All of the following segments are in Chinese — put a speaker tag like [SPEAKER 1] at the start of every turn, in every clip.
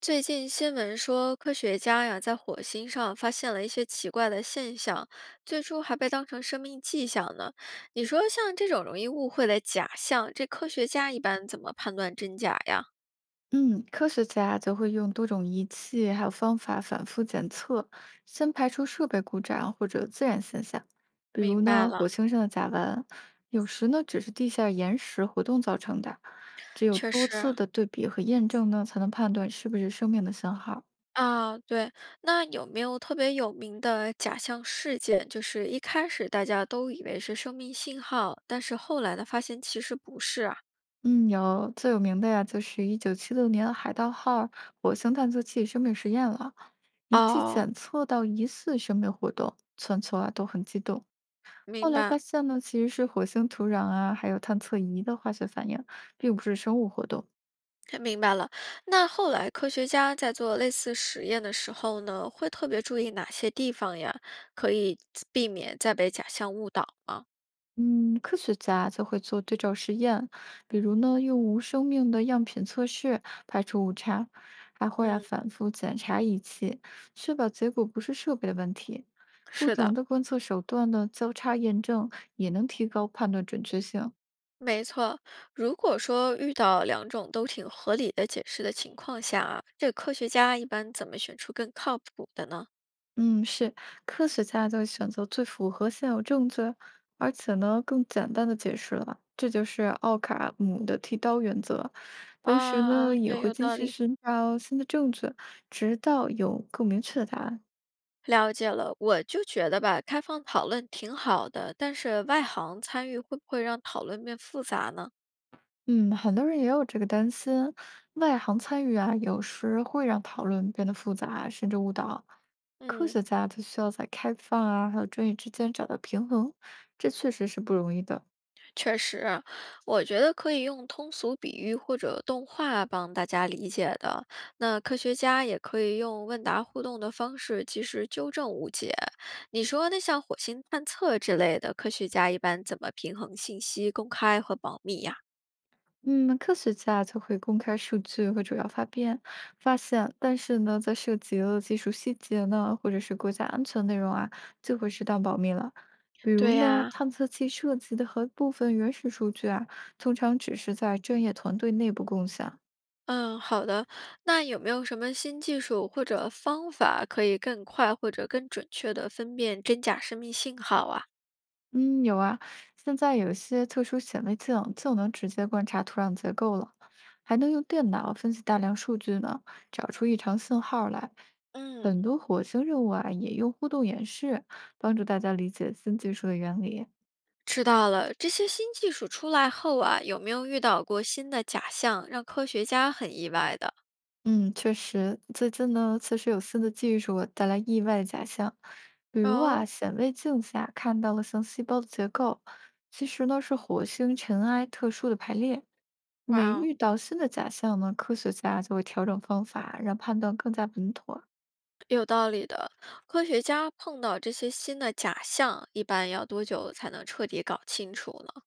[SPEAKER 1] 最近新闻说，科学家呀在火星上发现了一些奇怪的现象，最初还被当成生命迹象呢。你说像这种容易误会的假象，这科学家一般怎么判断真假呀？
[SPEAKER 2] 嗯，科学家则会用多种仪器还有方法反复检测，先排除设备故障或者自然现象，比如
[SPEAKER 1] 明白
[SPEAKER 2] 呢火
[SPEAKER 1] 了，
[SPEAKER 2] 星上的甲烷，有时呢只是地下岩石活动造成的。只有
[SPEAKER 1] 确
[SPEAKER 2] 多次
[SPEAKER 1] 实
[SPEAKER 2] 的对比和验证呢，才能判断是不是生命的信号。
[SPEAKER 1] 啊，对。那有没有特别有名的假象事件？就是一开始大家都以为是生命信号，但是后来呢，发现其实不是啊。
[SPEAKER 2] 嗯，有最有名的呀，就是1976年海盗号火星探测器生命实验了，仪器
[SPEAKER 1] 哦，
[SPEAKER 2] 检测到疑似生命活动，全球啊都很激动。后
[SPEAKER 1] 明
[SPEAKER 2] 来
[SPEAKER 1] 白。
[SPEAKER 2] 发现呢，其实是火星土壤啊，还有探测仪的化学反应，并不是生物活动。
[SPEAKER 1] 明白了。那后来科学家在做类似实验的时候呢，会特别注意哪些地方呀？可以避免再被假象误导吗？
[SPEAKER 2] 嗯，科学家就会做对照实验，比如呢，用无生命的样品测试，排除误差，还会啊
[SPEAKER 1] 嗯，
[SPEAKER 2] 反复检查仪器，确保结果不是设备的问题。不
[SPEAKER 1] 是
[SPEAKER 2] 同
[SPEAKER 1] 的，
[SPEAKER 2] 的观测手段呢，交叉验证也能提高判断准确性。
[SPEAKER 1] 没错。如果说遇到两种都挺合理的解释的情况下啊，这科学家一般怎么选出更靠谱的呢？
[SPEAKER 2] 嗯，是，科学家就选择最符合现有证据，而且呢更简单的解释了，这就是奥卡姆的剃刀原则。同时呢，
[SPEAKER 1] 啊，
[SPEAKER 2] 也
[SPEAKER 1] 对，
[SPEAKER 2] 会
[SPEAKER 1] 有
[SPEAKER 2] 继
[SPEAKER 1] 道
[SPEAKER 2] 续
[SPEAKER 1] 理。
[SPEAKER 2] 寻找新的证据，直到有更明确的答案。
[SPEAKER 1] 了解了，我就觉得吧，开放讨论挺好的，但是外行参与会不会让讨论变复杂呢？
[SPEAKER 2] 嗯，很多人也有这个担心，外行参与啊，有时会让讨论变得复杂，甚至误导。科
[SPEAKER 1] 嗯，
[SPEAKER 2] 学家他需要在开放啊，还有专业之间找到平衡，这确实是不容易的。
[SPEAKER 1] 确实，我觉得可以用通俗比喻或者动画帮大家理解的。那科学家也可以用问答互动的方式及时纠正误解。你说，那像火星探测之类的，科学家一般怎么平衡信息公开和保密呀？
[SPEAKER 2] 嗯，科学家就会公开数据和主要发现，但是呢，在涉及了技术细节呢，或者是国家安全内容啊，就会适当保密了。比如
[SPEAKER 1] 对
[SPEAKER 2] 呢，
[SPEAKER 1] 呀，
[SPEAKER 2] 探测器涉及的和部分原始数据啊，通常只是在专业团队内部共享。
[SPEAKER 1] 嗯，好的。那有没有什么新技术或者方法可以更快或者更准确地分辨真假生命信号啊？
[SPEAKER 2] 嗯，有啊，现在有些特殊显微镜就能直接观察土壤结构了，还能用电脑分析大量数据呢，找出异常信号来。
[SPEAKER 1] 嗯。
[SPEAKER 2] 很多火星任务啊，也用互动演示帮助大家理解新技术的原理。
[SPEAKER 1] 知道了，这些新技术出来后啊，有没有遇到过新的假象，让科学家很意外的？
[SPEAKER 2] 嗯，确实，最近呢，确实有新的技术带来意外的假象，比如啊，
[SPEAKER 1] 哦，
[SPEAKER 2] 显微镜下看到了像细胞的结构，其实呢是火星尘埃特殊的排列。每
[SPEAKER 1] 哇哦，
[SPEAKER 2] 遇到新的假象呢，科学家就会调整方法，让判断更加稳妥。
[SPEAKER 1] 有道理的。科学家碰到这些新的假象，一般要多久才能彻底搞清楚呢？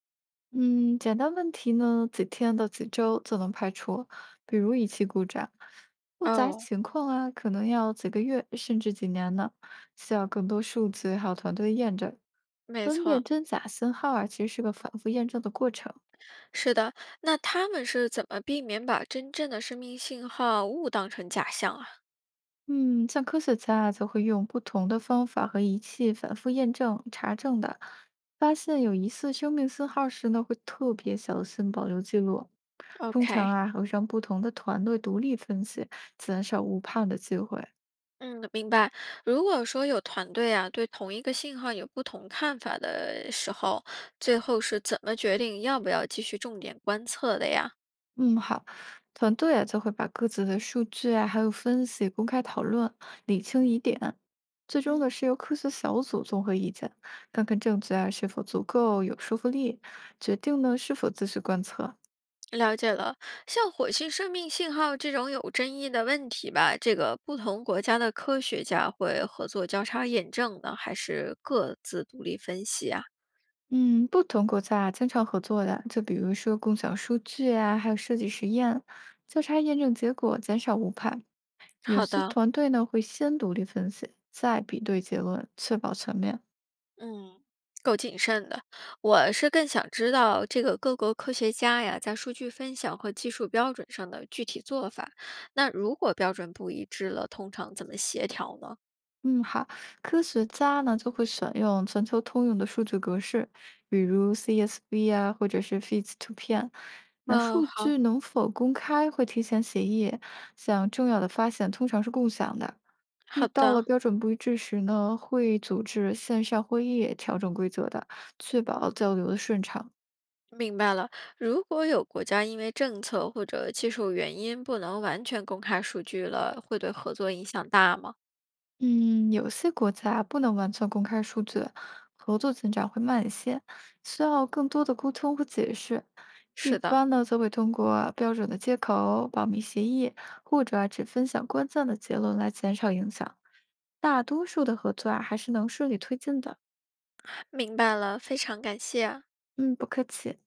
[SPEAKER 2] 嗯，简单问题呢，几天到几周就能排除，比如仪器故障。复杂
[SPEAKER 1] 哦，
[SPEAKER 2] 情况啊，可能要几个月甚至几年呢，需要更多数据还有团队验证。
[SPEAKER 1] 没
[SPEAKER 2] 分辨
[SPEAKER 1] 错，
[SPEAKER 2] 真假信号啊，其实是个反复验证的过程。
[SPEAKER 1] 是的。那他们是怎么避免把真正的生命信号误当成假象啊
[SPEAKER 2] 嗯，像科学家啊，则会用不同的方法和仪器反复验证、查证的。发现有疑似生命信号时呢，会特别小心保留记录。通常
[SPEAKER 1] ？OK。
[SPEAKER 2] 啊，还会让不同的团队独立分析，减少误判的机会。
[SPEAKER 1] 嗯，明白。如果说有团队啊，对同一个信号有不同看法的时候，最后是怎么决定要不要继续重点观测的呀？
[SPEAKER 2] 嗯，好，团队啊，就会把各自的数据啊，还有分析公开讨论，理清疑点。最终
[SPEAKER 1] 嗯，
[SPEAKER 2] 呢，是由科学小组综合意见，看看证据啊是否足够有说服力，决定呢是否继续观测。
[SPEAKER 1] 了解了。像火星生命信号这种有争议的问题吧，这个不同国家的科学家会合作交叉验证呢，还是各自独立分析啊？
[SPEAKER 2] 嗯，不同国家啊经常合作的，就比如说共享数据啊，还有设计实验，交叉验证结果，减少误判。有
[SPEAKER 1] 好
[SPEAKER 2] 些
[SPEAKER 1] 的。
[SPEAKER 2] 团队呢会先独立分析，再比对结论，确保全面。
[SPEAKER 1] 嗯，够谨慎的。我是更想知道这个各国科学家呀，在数据分享和技术标准上的具体做法。那如果标准不一致了，通常怎么协调呢？
[SPEAKER 2] 嗯，好，科学家呢就会选用全球通用的数据格式，比如 CSV 啊，或者是 FITS 图片。那
[SPEAKER 1] 哦，
[SPEAKER 2] 数
[SPEAKER 1] 好
[SPEAKER 2] 据能否公开会提前协议，像重要的发现通常是共享的。遇
[SPEAKER 1] 好
[SPEAKER 2] 到了
[SPEAKER 1] 的，
[SPEAKER 2] 标准不一致时呢，会组织线上会议调整规则的，确保交流的顺畅。
[SPEAKER 1] 明白了。如果有国家因为政策或者技术原因不能完全公开数据了，会对合作影响大吗？
[SPEAKER 2] 嗯，有些国家不能完全公开数据，合作增长会慢一些，需要更多的沟通和解释。一
[SPEAKER 1] 是的，
[SPEAKER 2] 般呢，则会通过标准的接口、保密协议，或者啊只分享关键的结论来减少影响。大多数的合作啊，还是能顺利推进的。
[SPEAKER 1] 明白了，非常感谢啊。
[SPEAKER 2] 嗯，不客气。